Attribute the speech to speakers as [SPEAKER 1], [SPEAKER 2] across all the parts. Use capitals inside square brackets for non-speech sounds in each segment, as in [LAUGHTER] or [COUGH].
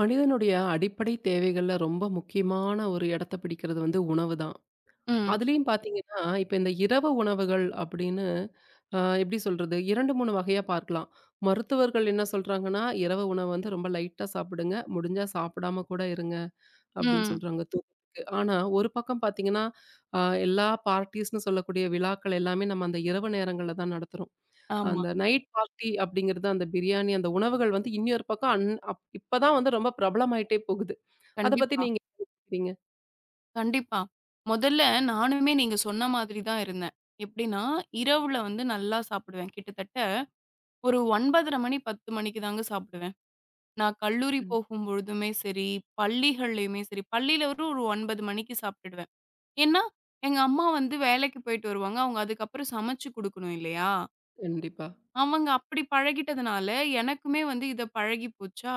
[SPEAKER 1] மனிதனுடைய அடிப்படை தேவைகள்ல ரொம்ப முக்கியமான ஒரு இடத்த பிடிக்கிறது வந்து உணவு தான்.
[SPEAKER 2] ம்,
[SPEAKER 1] அதுலயும் பார்த்தீங்கன்னா, இப்ப இந்த இரவு உணவுகள் அப்படின்னு எப்படி சொல்றது? 2, 3 வகையா பார்க்கலாம். மருத்துவர்கள் என்ன சொல்றாங்கன்னா, "இரவு உணவு வந்து ரொம்ப லைட்டா சாப்பிடுங்க. முடிஞ்சா சாப்பிடாம கூட இருங்க" அப்படின்னு
[SPEAKER 2] ம்.
[SPEAKER 1] சொல்றாங்க தூக்கத்துக்கு. ஆனா, ஒரு பக்கம் பார்த்தீங்கன்னா, அ எல்லா பார்ட்டீஸ்ன்னு சொல்லக்கூடிய விழாக்கள் எல்லாமே நம்ம அந்த இரவு நேரங்கள்ல தான் நடத்துறோம்.
[SPEAKER 2] ஆமா.
[SPEAKER 1] அந்த நைட் பார்ட்டி அப்படிங்கிறது, அந்த பிரியாணி, அந்த உணவுகள் வந்து இன்னொரு பக்கம் அன் அப் இப்ப தான் வந்து ரொம்ப பிரபலமாயிட்டே போகுது. அத பத்தி
[SPEAKER 2] கண்டிப்பா,
[SPEAKER 1] நீங்க
[SPEAKER 2] கண்டிப்பா. முதல்ல நானுமே நீங்க சொன்ன மாதிரி தான் இருந்தேன். எப்படின்னா, இரவுல வந்து நல்லா சாப்பிடுவேன். கிட்டத்தட்ட ஒரு 9:30 மணி, 10 மணிக்கு தாங்க சாப்பிடுவேன். நான் கல்லூரி
[SPEAKER 1] ம்.
[SPEAKER 2] போகும்பொழுதுமே சரி, பள்ளிகள்லயுமே சரி, பள்ளியில ஒரு ஒரு 9 மணிக்கு சாப்பிட்டுடுவேன். ஏன்னா, எங்க அம்மா வந்து வேலைக்கு போயிட்டு வருவாங்க. அவங்க அதுக்கப்புறம் சமைச்சு குடுக்கணும் இல்லையா?
[SPEAKER 1] கண்டிப்பா,
[SPEAKER 2] அவங்க அப்படி பழகிட்டதுனால, எனக்குமே வந்து இத பழகி போச்சா,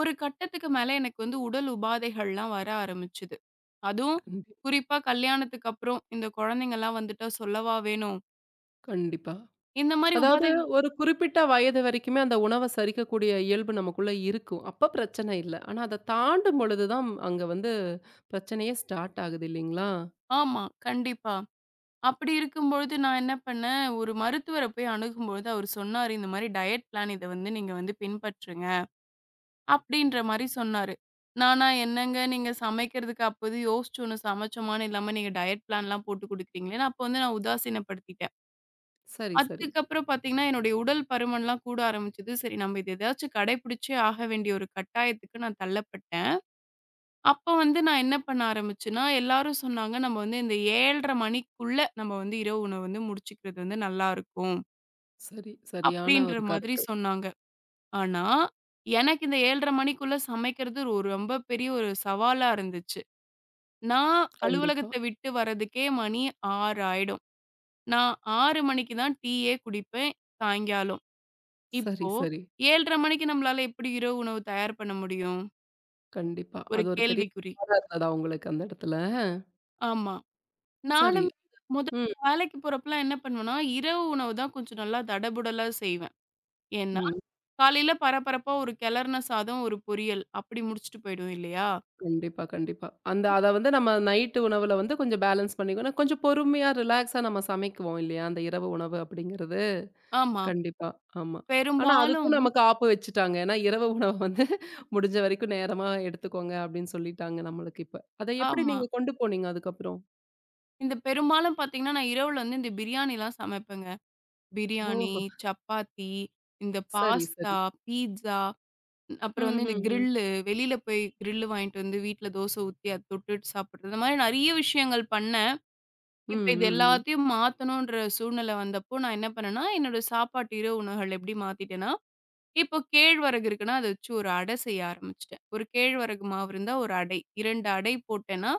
[SPEAKER 2] ஒரு கட்டத்துக்கு மேல எனக்கு வந்து உடல் உபாதைகள்லாம் வர ஆரம்பிச்சுது. அதுவும்
[SPEAKER 1] கண்டிப்
[SPEAKER 2] குறிப்பா கல்யாணத்துக்கு அப்புறம் இந்த குழந்தைங்கலாம் வந்துட்டா சொல்லவா வேணும்?
[SPEAKER 1] கண்டிப்பா.
[SPEAKER 2] இந்த மாரி
[SPEAKER 1] அதாவது
[SPEAKER 2] உபாதைகள்
[SPEAKER 1] ஒரு குறிப்பிட்ட வயது வரைக்குமே அந்த உணவ சரிக்கக்கூடிய இயல்பு நமக்குள்ள இருக்கும். அப்ப பிரச்சனை இல்ல. ஆனா அத தாண்டும் பொழுது தான் அங்க வந்து பிரச்சனையே ஸ்டார்ட் ஆகுது இல்லைங்களா?
[SPEAKER 2] ஆமா, கண்டிப்பா. அப்படி இருக்கும்பொழுது நான் என்ன பண்ணேன், ஒரு மருத்துவர போய் அணுகும்பொழுது அவர் சொன்னாரு, "இந்த மாரி டயட் பிளான் இத வந்து நீங்க வந்து பின்பற்றுங்க." அப்படின்ற மாரி சொன்னாரு. நானா, "என்னங்க நீங்க சமைக்கிறதுக்கு அப்போது யோசிச்சு ஒண்ணு சமைச்சோமான்னு இல்லாம நீங்க டயட் பிளான்லாம் போட்டு குடுக்குறீங்களேன்னு" அப்போ வந்து நான் உதாசீனப்படுத்திட்டேன்.
[SPEAKER 1] சரி, சரி.
[SPEAKER 2] அதுக்கப்புறம் பார்த்தீங்கன்னா, என்னுடைய உடல் பருமன்லாம் கூட ஆரம்பிச்சது. சரி நம்ம இது ஏதாச்சும் கடைபிடிச்சே ஆக வேண்டிய ஒரு கட்டாயத்துக்கு நான் தள்ளப்பட்டேன். அப்போ வந்து நான் என்ன பண்ண ஆரம்பிச்சேன்னா, எல்லாரும் சொன்னாங்க நம்ம வந்து இந்த 7:30 மணிக்குள்ள நம்ம வந்து இரவு உணவு வந்து முடிச்சுக்கிறது வந்து நல்லாருக்கும்.
[SPEAKER 1] சரி. சரியான
[SPEAKER 2] அப்படின்ற
[SPEAKER 1] ஒரு
[SPEAKER 2] மாதிரி
[SPEAKER 1] கருத்து.
[SPEAKER 2] சொன்னாங்க. ஆனா, எனக்கு இந்த 7:30 மணிக்குள்ள சமைக்கிறது ஒரு ரொம்ப பெரிய ஒரு சவாலா இருந்துச்சு. நான்
[SPEAKER 1] கண்டிப்பா.
[SPEAKER 2] அலுவலகத்த விட்டு வரதுக்கே மணி 6 ஆயிடும். நான் 6 மணிக்கு தான் டீயே குடிப்பேன் சாயங்காலம்.
[SPEAKER 1] சரி,
[SPEAKER 2] இப்போ
[SPEAKER 1] சரி.
[SPEAKER 2] 7:30 மணிக்கு நம்மளால எப்படி இரவு உணவு தயார் பண்ண முடியும்?
[SPEAKER 1] கண்டிப்பா.
[SPEAKER 2] ஒரு
[SPEAKER 1] அது ஒரு பெரிய
[SPEAKER 2] கேள்விக்குறி.
[SPEAKER 1] சவாலா இருந்ததா உங்களுக்கு அந்த இடத்துல?
[SPEAKER 2] ஆமா.
[SPEAKER 1] சரி.
[SPEAKER 2] நானும் முதல்ல
[SPEAKER 1] ம்,
[SPEAKER 2] வேலைக்கு போறப்பலாம் என்ன பண்ணுவேன்னா, இரவு உணவு தான் கொஞ்சம் நல்லா தடபுடலா செய்வேன். ஏன்னா,
[SPEAKER 1] ம்.
[SPEAKER 2] காலையில பரபரப்பா ஒரு கிளறுன சாதம், ஒரு பொரியல் அப்படி முடிச்சுட்டு போயிடுவேன் இல்லையா?
[SPEAKER 1] கண்டிப்பா, கண்டிப்பா. அந்த அத வந்து நம்ம நைட்டு உணவுல வந்து கொஞ்சம் பேலன்ஸ் பண்ணிக்கணும். கொஞ்சம் பொறுமையா, ரிலாக்ஸா நம்ம சமைக்குவோம் இல்லையா? அந்த இரவு உணவு அப்படிங்கிறது.
[SPEAKER 2] ஆமா.
[SPEAKER 1] கண்டிப்பா. ஆமா. ஆனா அதுக்கும்
[SPEAKER 2] பெரும்பாலும்
[SPEAKER 1] நமக்கு ஆப்பு வச்சுட்டாங்க. ஏன்னா, இரவு உணவு வந்து [LAUGHS] முடிஞ்ச வரைக்கும் நேரமா எடுத்துக்கோங்க அப்படின்னு சொல்லிட்டாங்க நம்மளுக்கு இப்ப. அத எப்படி
[SPEAKER 2] ஆமா.
[SPEAKER 1] நீங்க கொண்டு போனீங்க அதுக்கப்புறம்?
[SPEAKER 2] இந்த பெரும்பாலும் பார்த்தீங்கன்னா, நான் இரவுல வந்து இந்த பிரியாணிலாம் சமைப்பேங்க. பிரியாணி,
[SPEAKER 1] ஓஹோ!
[SPEAKER 2] சப்பாத்தி, இந்த
[SPEAKER 1] சரி, சரி.
[SPEAKER 2] பாஸ்தா, பீட்ஸா
[SPEAKER 1] ம்,
[SPEAKER 2] அப்புறம் வந்து
[SPEAKER 1] ம்,
[SPEAKER 2] இந்த
[SPEAKER 1] ம்.
[SPEAKER 2] கிரில்லு, வெளில போய் கிரில்லு வாங்கிட்டு வந்து வீட்ல தோசை ஊத்தி அத தொட்டுட்டு சாப்பிடுறது. இந்த மாரி நெறைய விஷயங்கள் பண்ணேன்.
[SPEAKER 1] ம்,
[SPEAKER 2] இப்ப இது
[SPEAKER 1] ம், ம்.
[SPEAKER 2] எல்லாத்தையும் மாத்தணுன்ற சூழ்நிலை வந்தப்போ, நான் என்ன பண்ணேன்னா, என்னோட சாப்பாட்டு இரவு உணவுகள் எப்படி மாத்திட்டேன்னா, இப்போ கேழ்வரகு இருக்குன்னா, அத வச்சு ஒரு அடை செய்ய ஆரம்பிச்சுட்டேன். ஒரு கேழ்வரகு மாவு இருந்தா ஒரு அடை. 2 அடை போட்டேன்னா,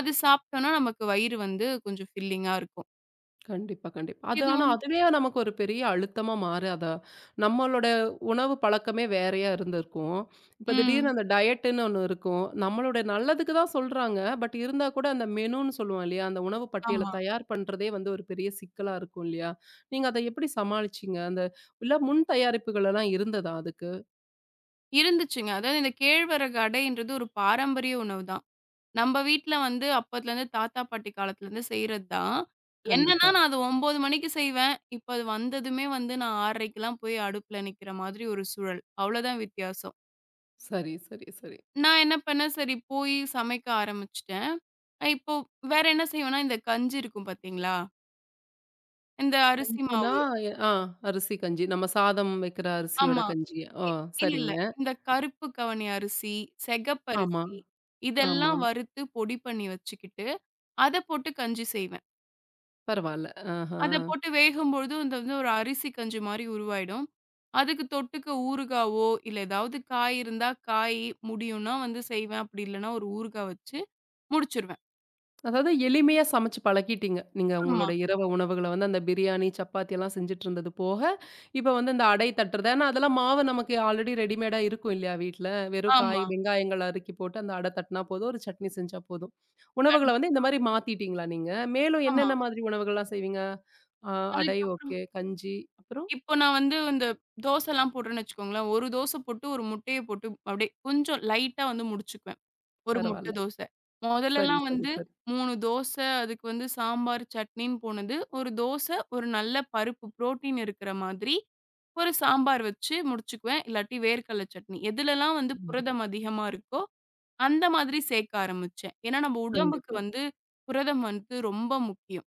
[SPEAKER 2] அது சாப்பிட்டோம்னா நமக்கு வயிறு வந்து கொஞ்சம் ஃபில்லிங்கா இருக்கும்.
[SPEAKER 1] கண்டிப்பா, கண்டிப்பா. அது
[SPEAKER 2] இது
[SPEAKER 1] ஆனா
[SPEAKER 2] வந்து
[SPEAKER 1] அதுவே நமக்கு ஒரு பெரிய அழுத்தமா மாற அத நம்மளோட உணவு பழக்கமே வேறையா இருந்திருக்கும். இப்ப திடீர்னு
[SPEAKER 2] ம்.
[SPEAKER 1] அந்த டயட்டுன்னு ஒண்ணு இருக்கும். நம்மளோட நல்லதுக்கு தான் சொல்றாங்க. பட் இருந்தா கூட அந்த மெனுன்னு சொல்லுவோம் இல்லையா? அந்த உணவு பட்டியல
[SPEAKER 2] ஆமா.
[SPEAKER 1] தயார் பண்றதே வந்து ஒரு பெரிய சிக்கலா இருக்கும் இல்லையா? நீங்க அத எப்படி சமாளிச்சீங்க? அந்த இல்ல முன் தயாரிப்புகள் எல்லாம் இருந்ததா அதுக்கு?
[SPEAKER 2] இருந்துச்சுங்க. அதாவது இந்த கேழ்வரகு அடைன்றது ஒரு பாரம்பரிய உணவுதான். நம்ப வீட்ல வந்து அப்பத்துலருந்து தாத்தா, பாட்டி காலத்துலருந்து செய்றது தான். என்னன்னா
[SPEAKER 1] கண்டிப்பா.
[SPEAKER 2] நான் அது 9:00 மணிக்கு செய்வேன். இப்ப அது வந்ததுமே வந்து நான் 6:30க்கெல்லாம் போய் அடுப்புல நிக்கிற மாதிரி ஒரு சூழல். அவ்வளோதான் வித்தியாசம்.
[SPEAKER 1] சரி, சரி, சரி.
[SPEAKER 2] நான் என்ன பண்ணேன், சரி போய் சமைக்க ஆரம்பிச்சுட்டேன். இப்போ வேற என்ன செய்வேன்னா, இந்த கஞ்சி இருக்கும் பாத்தீங்களா? இந்த அரிசி
[SPEAKER 1] கஞ்சினா
[SPEAKER 2] மாவு
[SPEAKER 1] ஆ அரிசி கஞ்சி. நம்ம சாதம் வைக்கிற அரிசியோட
[SPEAKER 2] ஆமா.
[SPEAKER 1] கஞ்சி. ஓ!
[SPEAKER 2] இ இல்ல, இல்ல.
[SPEAKER 1] சரிங்க.
[SPEAKER 2] இந்த கருப்பு கவனி அரிசி,
[SPEAKER 1] ஆமா,
[SPEAKER 2] செகப்பரிசி
[SPEAKER 1] ஆமா.
[SPEAKER 2] இதெல்லாம் வறுத்து பொடி பண்ணி வச்சுக்கிட்டு, அத போட்டு கஞ்சி செய்வேன்.
[SPEAKER 1] பரவால்ல. ஆஹா.
[SPEAKER 2] அத போட்டு வேகும்பொழுது அது வந்து ஒரு அரிசி கஞ்சி மாரி உருவாயிடும். அதுக்கு தொட்டுக்க ஊறுகாவோ, இல்ல ஏதாவது காய் இருந்தா காய், முடியும்னா வந்து செய்வேன். அப்படி இல்லன்னா ஒரு ஊறுகாய் வச்சு முடிச்சுருவேன்.
[SPEAKER 1] அதாவது எளிமையா சமைச்சு பழக்கிட்டீங்க. நீங்க
[SPEAKER 2] ஆமா,
[SPEAKER 1] உங்களோட இரவு உணவுகள வந்து அந்த பிரியாணி, சப்பாத்தி எல்லாம் செஞ்சுட்டு இருந்தது போக, இப்ப வந்து இந்த அடை தட்டுறது ஏன்னா அதெல்லாம் மாவு நமக்கு ஆல்ரெடி ரெடிமேடா இருக்கும் இல்லையா வீட்ல. வெறும்
[SPEAKER 2] ஆமா.
[SPEAKER 1] காய், வெங்காயங்கள் நறுக்கி போட்டு அந்த அடை தட்டுனா போதும். ஒரு சட்னி செஞ்சா போதும். உணவுகள வந்து இந்த
[SPEAKER 2] கண்டிப்பா.
[SPEAKER 1] மாரி மாத்திட்டீங்களா நீங்க? மேலும்
[SPEAKER 2] ஆமா.
[SPEAKER 1] என்னென்ன மாதிரி உணவுகள்லாம் செய்வீங்க? அ அடை
[SPEAKER 2] அதுக்கப்புறம்
[SPEAKER 1] ஓகே. கஞ்சி அப்புறம்?
[SPEAKER 2] இப்போ நான் வந்து இந்த தோசைலாம் போடுறேன்னு வச்சுக்கோங்களேன். ஒரு தோசை போட்டு ஒரு முட்டைய போட்டு அப்படியே கொஞ்சம் லைட்டா வந்து முடிச்சுக்குவேன். 1 முட்டை
[SPEAKER 1] பரவால்ல.
[SPEAKER 2] தோசை.
[SPEAKER 1] சரி,
[SPEAKER 2] மொதல்லலாம்
[SPEAKER 1] சரி,
[SPEAKER 2] வந்து
[SPEAKER 1] சரி.
[SPEAKER 2] 3 தோசை, அதுக்கு வந்து சாம்பார், சட்னின்னு போனது. 1 தோசை, ஒரு நல்ல பருப்பு புரோட்டீன் இருக்கிற மாதிரி, ஒரு சாம்பார் வச்சு முடிச்சுக்குவேன். இல்லாட்டி வேர்க்கடல சட்னி. எதுலலாம் வந்து
[SPEAKER 1] கண்டிப்பா.
[SPEAKER 2] புரதம் அதிகமா இருக்கோ, அந்த மாதிரி சேர்க்க ஆரம்பிச்சேன். ஏன்னா, நம்ம உடம்புக்கு
[SPEAKER 1] கண்டிப்பா.
[SPEAKER 2] வந்து புரதம் வந்து ரொம்ப முக்கியம்.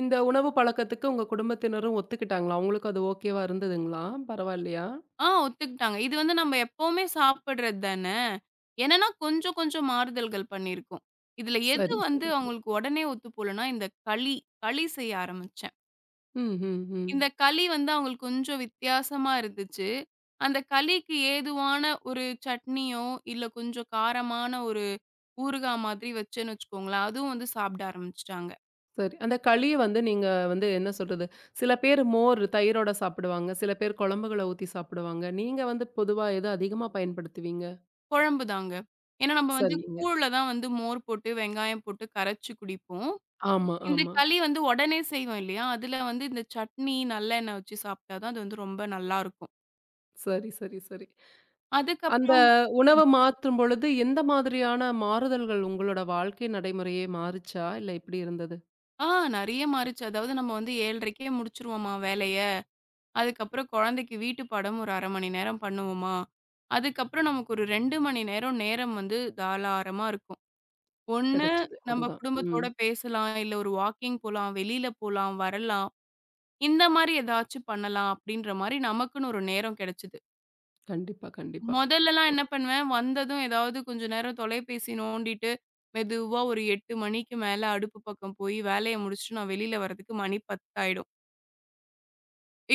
[SPEAKER 1] இந்த உணவு பழக்கத்துக்கு உங்க குடும்பத்தினரும் ஒத்துக்கிட்டாங்களா? அவங்களுக்கும் அது ஓகேவா இருந்ததுங்களா? பரவாயில்லையா?
[SPEAKER 2] ஆ ஒத்துக்கிட்டாங்க. இது வந்து நம்ம எப்பவுமே சாப்பிடுறது தான. என்னன்னா கொஞ்சம் கொஞ்சம் மாறுதல்கள் பண்ணியிருக்கோம். இதுல எது
[SPEAKER 1] சரி,
[SPEAKER 2] வந்து
[SPEAKER 1] சரி, சரி.
[SPEAKER 2] அவங்களுக்கு உடனே ஒத்து போலன்னா, இந்த களி. களி செய்ய ஆரம்பிச்சேன்.
[SPEAKER 1] ம், ம், ம்.
[SPEAKER 2] இந்த களி வந்து அவங்களுக்கு கொஞ்சம் வித்தியாசமா இருந்துச்சு. அந்த களிக்கு ஏதுவான ஒரு சட்னியோ, இல்ல கொஞ்சம் காரமான ஒரு ஊறுகாய் மாதிரி வச்சேன்னு வச்சுக்கோங்களேன், அதுவும் வந்து சாப்பிட ஆரம்பிச்சுட்டாங்க.
[SPEAKER 1] சரி. அந்த களிய வந்து நீங்க வந்து என்ன சொல்றது? சில பேர் மோர், தயிரோட சாப்பிடுவாங்க. சில பேர் குழம்புகள ஊத்தி சாப்பிடுவாங்க. நீங்க வந்து பொதுவா எத அதிகமா பயன்படுத்துவீங்க?
[SPEAKER 2] குழம்பு தாங்க. ஏன்னா நம்ம வந்து
[SPEAKER 1] சரிங்க.
[SPEAKER 2] கூழ்ல தான் வந்து மோர் போட்டு, வெங்காயம் போட்டு கரைச்சு குடிப்போம்.
[SPEAKER 1] ஆமா,
[SPEAKER 2] இந்த
[SPEAKER 1] ஆமா.
[SPEAKER 2] களி வந்து உடனே செய்வோம் இல்லையா? அதுல வந்து இந்த சட்னி, நல்லெண்ணெய் வச்சு சாப்பிட்டா தான் அது வந்து ரொம்ப நல்லாருக்கும்.
[SPEAKER 1] சரி, சரி, சரி. அந்த
[SPEAKER 2] அதுக்கப்புறம்
[SPEAKER 1] உணவ மாற்றும் பொழுது எந்த மாதிரியான மாறுதல்கள் உங்களோட வாழ்க்கை நடைமுறையே மாறுச்சா? இல்ல இப்படி இருந்தது?
[SPEAKER 2] ஆ நெறைய மாறுச்சு. அதாவது நம்ம வந்து 7:30க்கே முடிச்சுருவோமா வேலைய. அதுக்கப்புறம் குழந்தைக்கு வீட்டு பாடம் ஒரு 1/2 மணி நேரம் பண்ணுவோமா, அதுக்கப்புறம் நமக்கு ஒரு 2 மணி நேரம், நேரம் வந்து தாராளமா இருக்கும். ஒண்ணு
[SPEAKER 1] கிடைச்சது.
[SPEAKER 2] நம்ம
[SPEAKER 1] அதுதான். ம்.
[SPEAKER 2] குடும்பத்தோட பேசலாம், இல்ல ஒரு வாக்கிங் போலாம், வெளியில போலாம், வரலாம். இந்த மாரி ஏதாச்சும் பண்ணலாம் அப்படின்ற மாரி நமக்குன்னு ஒரு நேரம் கிடைச்சது.
[SPEAKER 1] கண்டிப்பா, கண்டிப்பா.
[SPEAKER 2] மொதல்லலாம் என்ன பண்ணுவேன், வந்ததும் ஏதாவது கொஞ்ச நேரம் தொலைபேசி நோண்டிட்டு, மெதுவா ஒரு 8 மணிக்கு மேல அடுப்பு பக்கம் போய் வேலைய முடிச்சுட்டு நான் வெளியில வர்றதுக்கு மணி 10 ஆயிடும்.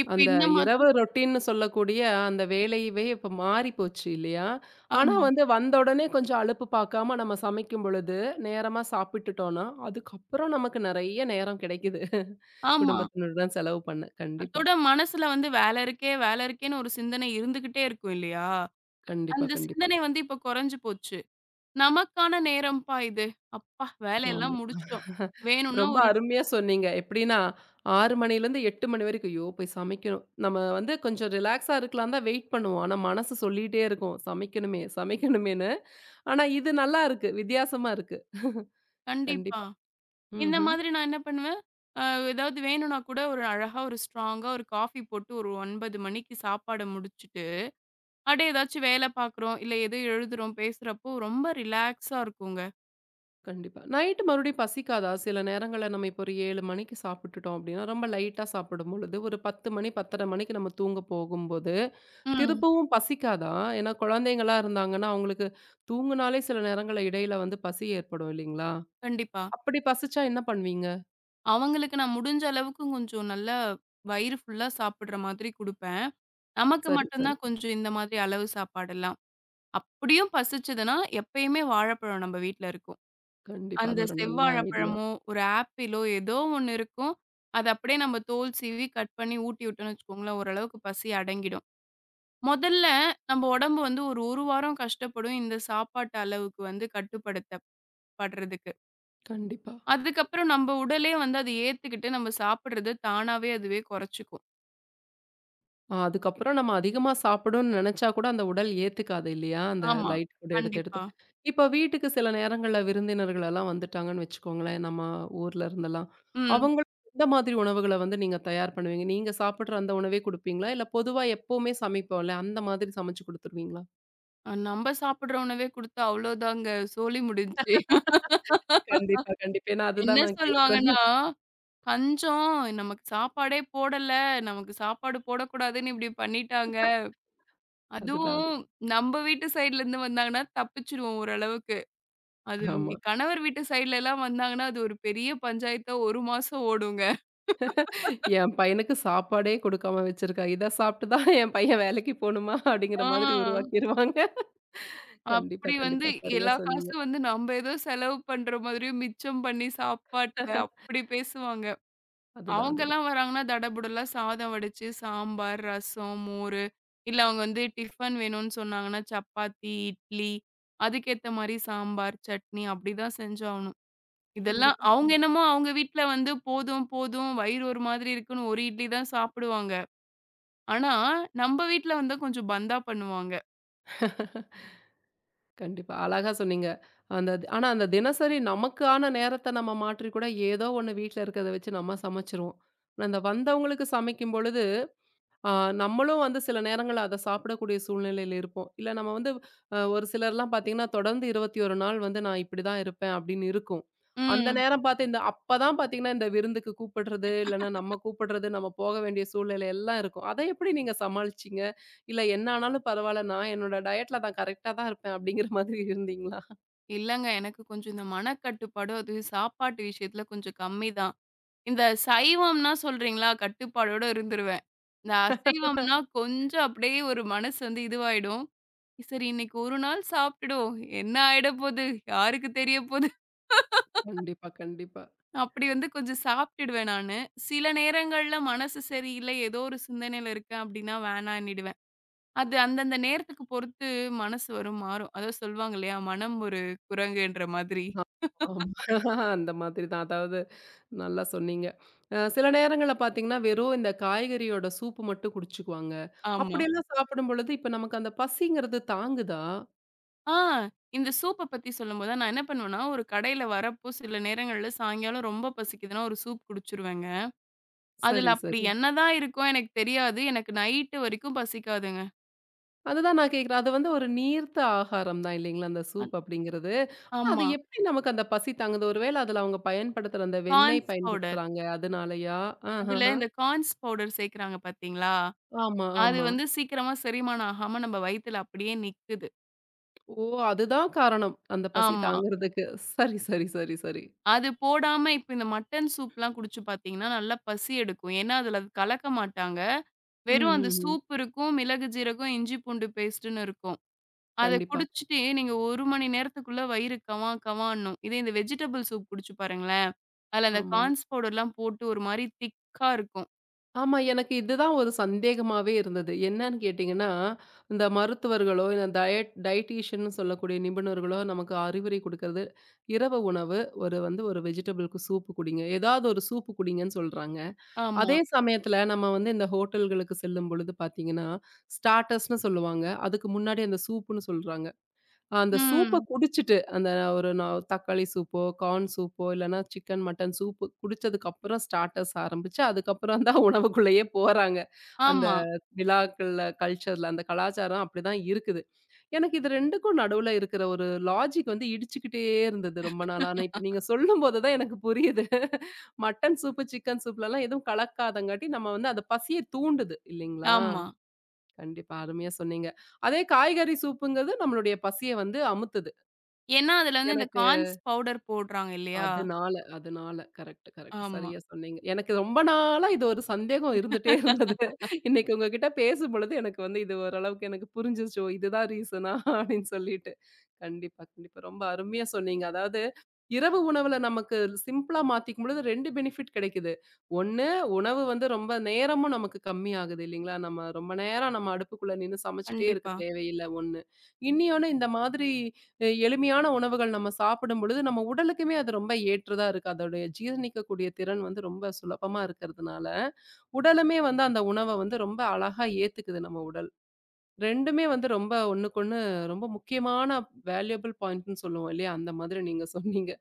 [SPEAKER 2] இப்ப
[SPEAKER 1] அந்த
[SPEAKER 2] இந்த மாதிரி
[SPEAKER 1] இரவு ரொட்டீன்னு சொல்லக்கூடிய அந்த வேலையவே இப்ப மாறிப்போச்சு இல்லையா? ஆனா
[SPEAKER 2] ஆமா,
[SPEAKER 1] வந்து வந்த உடனே கொஞ்சம் அலுப்பு பார்க்காம நம்ம சமைக்கும் பொழுது, நேரமா சாப்பிட்டுட்டோம்னா, அதுக்கப்புறம் நமக்கு நெறைய நேரம் கிடைக்குது.
[SPEAKER 2] ஆமா.
[SPEAKER 1] குடும்பத்தினருடன் செலவு பண்ண. கண்டிப்பா,
[SPEAKER 2] அதோட மனசுல வந்து வேலை இருக்கே, வேலை இருக்கேன்னு ஒரு சிந்தனை இருந்துகிட்டே இருக்கும் இல்லையா?
[SPEAKER 1] கண்டிப்பா,
[SPEAKER 2] அந்த
[SPEAKER 1] கண்டிப்பா.
[SPEAKER 2] சிந்தனை வந்து இப்ப குறைஞ்சு போச்சு. நமக்கான நேரம்ப்பா இது. அப்பா
[SPEAKER 1] ஆமா.
[SPEAKER 2] வேலையெல்லாம் முடிச்சுட்டோம். வேணும்னா
[SPEAKER 1] ரொம்ப
[SPEAKER 2] ஒரு
[SPEAKER 1] அருமையா சொன்னீங்க. எப்படின்னா 6 மணிலேருந்து 8 மணி வரைக்கும், ஐயோ! போய் சமைக்கணும். நம்ம வந்து கொஞ்சம் ரிலாக்ஸா இருக்கலாம் தான் வெயிட் பண்ணுவோம். ஆனா மனசு சொல்லிட்டே இருக்கும். சமைக்கணுமே, சமைக்கணுமேன்னு. ஆனா இது நல்லா இருக்கு. வித்தியாசமா இருக்கு.
[SPEAKER 2] கண்டிப்பா.
[SPEAKER 1] கண்டிப்பா.
[SPEAKER 2] இந்த
[SPEAKER 1] ம்ஹ்ம்.
[SPEAKER 2] மாதிரி நான் என்ன பண்ணுவேன், அ ஏதாவது வேணும்னா கூட ஒரு அழகா ஒரு ஸ்ட்ராங்கா ஒரு காஃபி போட்டு ஒரு 9 மணிக்கு சாப்பாட முடிச்சுட்டு, அப்படியே ஏதாச்சும் வேலை பார்க்குறோம், இல்ல ஏதோ எழுதுறோம், பேசுறப்போ ரொம்ப ரிலாக்ஸா இருக்குங்க.
[SPEAKER 1] கண்டிப்பா. நைட்டு மறுபடியும் பசிக்காதா? சில நேரங்கள்ல நம்ம இப்போ ஒரு 7 மணிக்கு சாப்பிட்டுட்டோம் அப்படின்னா, ரொம்ப லைட்டா சாப்பிடும்பொழுது, ஒரு 10 மணி, 10:30 மணிக்கு நம்ம தூங்க போகும்போது,
[SPEAKER 2] ம்.
[SPEAKER 1] திருப்பவும் பசிக்காதா? ஏன்னா குழந்தைங்களா இருந்தாங்கன்னா, அவங்களுக்கு தூங்குனாலே சில நேரங்கள்ல இடையில வந்து பசி ஏற்படும் இல்லைங்களா?
[SPEAKER 2] கண்டிப்பா.
[SPEAKER 1] அப்படி பசிச்சா என்ன பண்ணுவீங்க?
[SPEAKER 2] அவங்களுக்கு நான் முடிஞ்ச அளவுக்கு கொஞ்சம் நல்லா வயிறு ஃபுல்லா சாப்பிடுற மாதிரி குடுப்பேன். நமக்கு
[SPEAKER 1] சரி,
[SPEAKER 2] மட்டும்
[SPEAKER 1] சரி.
[SPEAKER 2] தான் கொஞ்சம் இந்த மாதிரி அளவு சாப்பாடெல்லாம். அப்படியும் பசிச்சதுன்னா, எப்பயுமே வாழைப்பழம் நம்ம வீட்ல இருக்கும்.
[SPEAKER 1] கண்டிப்பா.
[SPEAKER 2] அந்த
[SPEAKER 1] அது ஒரு நல்ல ஐடியா.
[SPEAKER 2] செவ்வாழைப்பழமோ, ஒரு ஆப்பிளோ ஏதோ ஒண்ணு இருக்கும். அத அப்படியே நம்ம தோல் சீவி கட் பண்ணி ஊட்டி விட்டோம்னு வச்சுக்கோங்களேன், ஓரளவுக்கு பசி அடங்கிடும். மொதல்ல நம்ம உடம்பு வந்து ஒரு 1 வாரம் கஷ்டப்படும் இந்த சாப்பாட்டு அளவுக்கு வந்து கட்டுப்படுத்த படுறதுக்கு.
[SPEAKER 1] கண்டிப்பா.
[SPEAKER 2] அதுக்கப்புறம் நம்ம உடலே வந்து அத ஏத்துக்கிட்டு நம்ம சாப்பிடுறது தானாவே அதுவே குறைச்சுக்கும்.
[SPEAKER 1] ஆ அதுக்கப்புறம் நம்ம அதிகமா சாப்பிடணும்னு நெனச்சா கூட அந்த உடல் ஏத்துக்காது இல்லையா? அந்த
[SPEAKER 2] ஆமா.
[SPEAKER 1] லைட் ஃபுட் எடுத்து, எடுத்து.
[SPEAKER 2] கண்டிப்பா.
[SPEAKER 1] இப்ப வீட்டுக்கு சில நேரங்கள்ல விருந்தினர்கள் எல்லாம் வந்துட்டாங்கன்னு வச்சுக்கோங்களேன், நம்ம ஊர்ல இருந்தெல்லாம்.
[SPEAKER 2] ம்.
[SPEAKER 1] அவங்களுக்கு எந்த மாதிரி உணவுகள வந்து நீங்க தயார் பண்ணுவீங்க? நீங்க சாப்பிடுற அந்த உணவே குடுப்பீங்களா? இல்ல பொதுவா எப்பவுமே சமைப்போம்ல, அந்த மாதிரி சமைச்சு குடுத்துருவீங்களா?
[SPEAKER 2] நம்ம சாப்பிடுற உணவே குடுத்தா அவ்வளோதாங்க. சோலி முடிஞ்சுச்சு.
[SPEAKER 1] கண்டிப்பா, கண்டிப்பா. ஏன்னா
[SPEAKER 2] என்ன
[SPEAKER 1] அதுதான் நான் கேட்கிறேன்.
[SPEAKER 2] சொல்லுவாங்கன்னா, "கஞ்சம் நமக்கு சாப்பாடே போடல. நமக்கு சாப்பாடு போடக்கூடாதுன்னு இப்படி பண்ணிட்டாங்க."
[SPEAKER 1] அதுதான் அது.
[SPEAKER 2] அதுவும் நம்ம வீட்டு சைடுல இருந்து வந்தாங்கன்னா தப்பிச்சுருவோம் ஓரளவுக்கு. அது உங்க
[SPEAKER 1] ஆமா.
[SPEAKER 2] கணவர் வீட்டு சைடுலலாம் வந்தாங்கன்னா, அது ஒரு பெரிய பஞ்சாயத்தா 1 மாசம் ஓடுங்க.
[SPEAKER 1] என் பையனுக்கு சாப்பாடே குடுக்காம வச்சிருக்கா. இத சாப்பிட்டு தான் என் பையன் வேலைக்கு போணுமா? அப்படிங்கிற
[SPEAKER 2] ஆ.
[SPEAKER 1] மாதிரி உருவாக்கிருவாங்க. கண்டிப்பா,
[SPEAKER 2] அப்படி வந்து
[SPEAKER 1] கண்டிப்பா. சரியா
[SPEAKER 2] எல்லா
[SPEAKER 1] சொன்னீங்க.
[SPEAKER 2] காசும் வந்து நம்ப ஏதோ செலவு பண்ற மாதிரியும் மிச்சம் பண்ணி சாப்பாட்ல அப்படி பேசுவாங்க.
[SPEAKER 1] அதுதான், அதுதான்.
[SPEAKER 2] அவங்கலாம் வராங்கன்னா தடபுடலா சாதம் வடிச்சு, சாம்பார், ரசம், மோரு, இல்ல அவங்க வந்து டிஃபன் வேணும்னு சொன்னாங்கன்னா, சப்பாத்தி, இட்லி, அதுக்கேத்த மாரி சாம்பார், சட்னி அப்படிதான் செஞ்சாகணும். இதெல்லாம்
[SPEAKER 1] கண்டிப்பா,
[SPEAKER 2] அவங்க
[SPEAKER 1] கண்டிப்பா.
[SPEAKER 2] என்னமோ அவங்க வீட்ல வந்து போதும், போதும் வயிறு ஒரு மாதிரி இருக்குன்னு ஒரு இட்லி தான் சாப்பிடுவாங்க. ஆனா, நம்ப வீட்ல வந்தா கொஞ்சம் பந்தா பண்ணுவாங்க.
[SPEAKER 1] கண்டிப்பா. அழகா சொன்னீங்க. அந்த ஆனா அந்த தினசரி நமக்கான நேரத்த நம்ம மாற்றி கூட ஏதோ ஒண்ணு வீட்ல இருக்கிறத வச்சு நம்ம சமைச்சுருவோம். அந்த வந்தவங்களுக்கு சமைக்கும் பொழுது ஆ, நம்மளும் வந்து சில நேரங்கள்ல அத சாப்பிடக்கூடிய சூழ்நிலையில இருப்போம். இல்ல நம்ம வந்து ஒரு சிலர்லாம் பார்த்தீங்கன்னா, தொடர்ந்து 21 நாள் வந்து நான் இப்படிதான் இருப்பேன் அப்படின்னு இருக்கும். அந்த
[SPEAKER 2] ம்.
[SPEAKER 1] நேரம் பார்த்து இந்த அப்பதான் பார்த்தீங்கன்னா, இந்த விருந்துக்கு கூப்பிடுறது, இல்லன்னா நம்ம கூப்பிடுறது, நம்ம போக வேண்டிய சூழ்நிலை எல்லாம் இருக்கும். அத எப்படி நீங்க சமாளிச்சீங்க? இல்ல என்ன ஆனாலும் பரவால்ல, நான் என்னோட டயட்ல நான் கரெக்ட்டா தான் இருப்பேன் அப்படிங்கிற மாதிரி இருந்தீங்களா?
[SPEAKER 2] இல்லங்க. எனக்கு கொஞ்சம் இந்த மனக்கட்டுப்பாடு, அது சாப்பாட்டு விஷயத்துல கொஞ்சம் கம்மி தான். இந்த சைவம்னா சொல்றீங்களா, கட்டுப்பாடோட இருந்துருவேன். இந்த அசைவம்னா கொஞ்சம் அப்படியே ஒரு மனசு வந்து இதுவாயிடும். சரி இன்னைக்கு ஒரு நாள் சாப்ட்டுடுவோம். என்ன ஆயிட போது? யாருக்கு தெரிய போது?
[SPEAKER 1] கண்டிப்பா, கண்டிப்பா.
[SPEAKER 2] அப்படி வந்து கொஞ்சம் சாப்ட்டுடுவேன் நானு. சில நேரங்கள்ல மனசு சரியில்ல, ஏதோ ஒரு சிந்தனையில இருக்கேன் அப்படின்னா வேணான்னிடுவேன். அது அந்தந்த நேரத்துக்கு பொறுத்து மனசு வரும் மாறும். அதான் சொல்லுவாங்க இல்லையா, மனம் ஒரு குரங்குன்ற மாதிரி.
[SPEAKER 1] ஆ ஆமா. அந்த மாதிரி தான். அதாவது நல்லா சொன்னீங்க. சில நேரங்கள்ல பார்த்தீங்கன்னா, வெறும் இந்த காய்கறியோட சூப்பு மட்டும் குடிச்சுக்குவாங்க.
[SPEAKER 2] ஆமா.
[SPEAKER 1] அப்படியெல்லாம் சாப்பிடும் பொழுது, இப்ப நமக்கு அந்த பசிங்கிறது தாங்குதா?
[SPEAKER 2] ஆ. இந்த சூப்ப பத்தி சொல்லும்போது தான் நான் என்ன பண்ணுவேன்னா, ஒரு கடையில வரப்போ சில நேரங்கள்ல சாயங்காலம் ரொம்ப பசிக்குதுன்னா ஒரு சூப் குடிச்சுருவேங்க.
[SPEAKER 1] சரி,
[SPEAKER 2] அதுல அப்படி
[SPEAKER 1] சரி.
[SPEAKER 2] என்னதான் இருக்கோ எனக்கு தெரியாது. எனக்கு நைட்டு வரைக்கும் பசிக்காதுங்க.
[SPEAKER 1] அதுதான் நான் கேட்கிறேன். அது வந்து ஒரு நீர்த்த ஆகாரம் தான் இல்லைங்களா? அந்த சூப்
[SPEAKER 2] அத்
[SPEAKER 1] அப்படிங்கிறது. ஆனா, அது
[SPEAKER 2] ஆமா.
[SPEAKER 1] எப்படி நமக்கு அந்த பசி தாங்குது? ஒருவேளை அதுல அவங்க பயன்படுத்துற அந்த வெண்ணெய்
[SPEAKER 2] கார்ன்ஸ் பவுடர்.
[SPEAKER 1] பயன்படுத்துறாங்க, அதனாலயா? ஆஹஹ.
[SPEAKER 2] அதுல இந்த கார்ன்ஸ் பவுடர் சேர்க்கிறாங்க பார்த்தீங்களா?
[SPEAKER 1] ஆமா,
[SPEAKER 2] அது
[SPEAKER 1] ஆமா.
[SPEAKER 2] வந்து சீக்கிரமா செரிமானம் ஆகாம நம்ம வயித்துல அப்படியே நிக்குது.
[SPEAKER 1] ஓ! அதுதான் காரணம். அந்த பசி
[SPEAKER 2] ஆமா.
[SPEAKER 1] தாங்குறதுக்கு. சரி, சரி, சரி, சரி.
[SPEAKER 2] அது போடாம இப்ப இந்த மட்டன் சூப்லாம் குடிச்சு பார்த்தீங்கன்னா, நல்லா பசி எடுக்கும். ஏன்னா அதுல அது கலக்க மாட்டாங்க.
[SPEAKER 1] ம்,
[SPEAKER 2] வெறும் அந்த
[SPEAKER 1] ம், ம்.
[SPEAKER 2] சூப் இருக்கும். மிளகு, ஜீரகம், இஞ்சி பூண்டு பேஸ்ட்டுன்னு இருக்கும். அத
[SPEAKER 1] கண்டிப்பா.
[SPEAKER 2] குடிச்சுட்டு நீங்க 1 மணி நேரத்துக்குள்ள வயிறு கவா கவான்னும். இதே இந்த வெஜிடபிள் சூப் குடிச்சு பாருங்களேன். அதுல அந்த
[SPEAKER 1] ஆமா.
[SPEAKER 2] கார்ன்ஸ் பவுடர்லாம் போட்டு ஒரு மாரி திக்கா இருக்கும்.
[SPEAKER 1] ஆமா. எனக்கு இதுதான் ஒரு சந்தேகமாவே இருந்தது. என்னன்னு கேட்டீங்கன்னா, இந்த மருத்துவர்களோ, இல்ல டயட் டயட்டீஷியன்னு சொல்லக்கூடிய நிபுணர்களோ நமக்கு அறிவுரை குடுக்கறது, இரவு உணவு ஒரு வந்து ஒரு வெஜிடபிளுக்கு சூப்பு குடிங்க. ஏதாவது ஒரு சூப்பு குடிங்கன்னு சொல்றாங்க.
[SPEAKER 2] ஆமா.
[SPEAKER 1] அதே சமயத்துல நம்ம வந்து இந்த ஹோட்டல்களுக்கு செல்லும் பொழுது பார்த்தீங்கன்னா, ஸ்டார்டர்ஸ்ன்னு சொல்லுவாங்க. அதுக்கு முன்னாடி அந்த சூப்புன்னு சொல்றாங்க. அந்த சூப்ப
[SPEAKER 2] ம்.
[SPEAKER 1] குடிச்சிட்டு, அந்த ஒரு நா தக்காளி சூப்போ, கார்ன் சூப்போ இல்லன்னா சிக்கன், மட்டன் சூப்பு குடிச்சதுக்கப்புறம் ஸ்டார்ட்டர்ஸ் ஆரம்பிச்சு, அதுக்கப்புறம் தான் [LAUGHS] உணவுக்குள்ளேயே போறாங்க. அந்த
[SPEAKER 2] ஆமா.
[SPEAKER 1] விழாக்கள்ல, கல்ச்சர்ல அந்த கலாச்சாரம் அப்படிதான் இருக்குது. எனக்கு இது 2க்கும் நடுவுல இருக்கிற ஒரு லாஜிக் வந்து இடிச்சுக்கிட்டே இருந்தது ரொம்ப நாளா. ஆனா இப்ப நீங்க சொல்லும்போது தான் எனக்கு புரியுது. [LAUGHS] மட்டன் சூப்பு, சிக்கன் சூப்லலாம் எதுவும் கலக்காதங்காட்டி நம்ம வந்து அந்த பசிய தூண்டுது இல்லைங்களா?
[SPEAKER 2] ஆமா.
[SPEAKER 1] கண்டிப்பா அருமையா சொன்னீங்க. அதே காய்கறி சூப்புங்கிறது நம்மளுடைய பசிய வந்து அமுத்துது.
[SPEAKER 2] ஏன்னா, அதுல வந்து இந்த
[SPEAKER 1] எனக்கு
[SPEAKER 2] கார்ன்ஸ் பவுடர் போடுறாங்க இல்லையா?
[SPEAKER 1] அதனால. Correct, correct.
[SPEAKER 2] ஆமா.
[SPEAKER 1] சரியா சொன்னீங்க. எனக்கு ரொம்ப நாளா இது ஒரு சந்தேகம் இருந்துட்டே இருந்தது. இன்னைக்கு உங்ககிட்ட பேசும்பொழுது எனக்கு வந்து இது ஓரளவுக்கு எனக்கு புரிஞ்சிருச்சு. ஓ! இதுதான் ரீசனா அப்படின்னு சொல்லிட்டு. கண்டிப்பா, கண்டிப்பா. ரொம்ப அருமையா சொன்னீங்க. அதாவது இரவு உணவுல நமக்கு சிம்பிளா மாத்திக்கும்பொழுது 2 பெனிஃபிட் கிடைக்குது. ஒண்ணு உணவு வந்து ரொம்ப நேரமும் நமக்கு கம்மியாகுது இல்லைங்களா? நம்ம ரொம்ப நேரம் நம்ம அடுப்புக்குள்ள நின்னு சமைச்சுட்டே இருக்க
[SPEAKER 2] கண்டிப்பா.
[SPEAKER 1] தேவையில்ல ஒண்ணு. இன்னியொன்னு இந்த மாதிரி எளிமையான உணவுகள் நம்ம சாப்பிடும் பொழுது, நம்ம உடலுக்குமே அது ரொம்ப ஏற்றதா இருக்கு. அதோடைய ஜீரணிக்கக்கூடிய திறன் வந்து ரொம்ப சுலபமா இருக்கிறதுனால, உடலுமே வந்து அந்த உணவ வந்து ரொம்ப அழகா ஏத்துக்குது நம்ம உடல். 2மே வந்து ரொம்ப ஒண்ணுக்கொண்ணு ரொம்ப முக்கியமான வேல்யூபிள் பாயிண்ட்ன்னு சொல்லுவோம் இல்லையா? அந்த மாதிரி நீங்க சொன்னீங்க.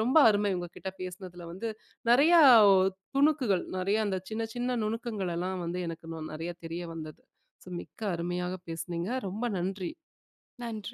[SPEAKER 1] ரொம்ப அருமை உங்ககிட்ட பேசினதுல வந்து நெறையா துணுக்குகள், நெறைய அந்த சின்ன சின்ன நுணுக்கங்கள் எல்லாம் வந்து எனக்கு நெறைய தெரிய வந்தது. ஸோ மிக்க அருமையாக பேசுனீங்க. ரொம்ப நன்றி.
[SPEAKER 2] நன்றி.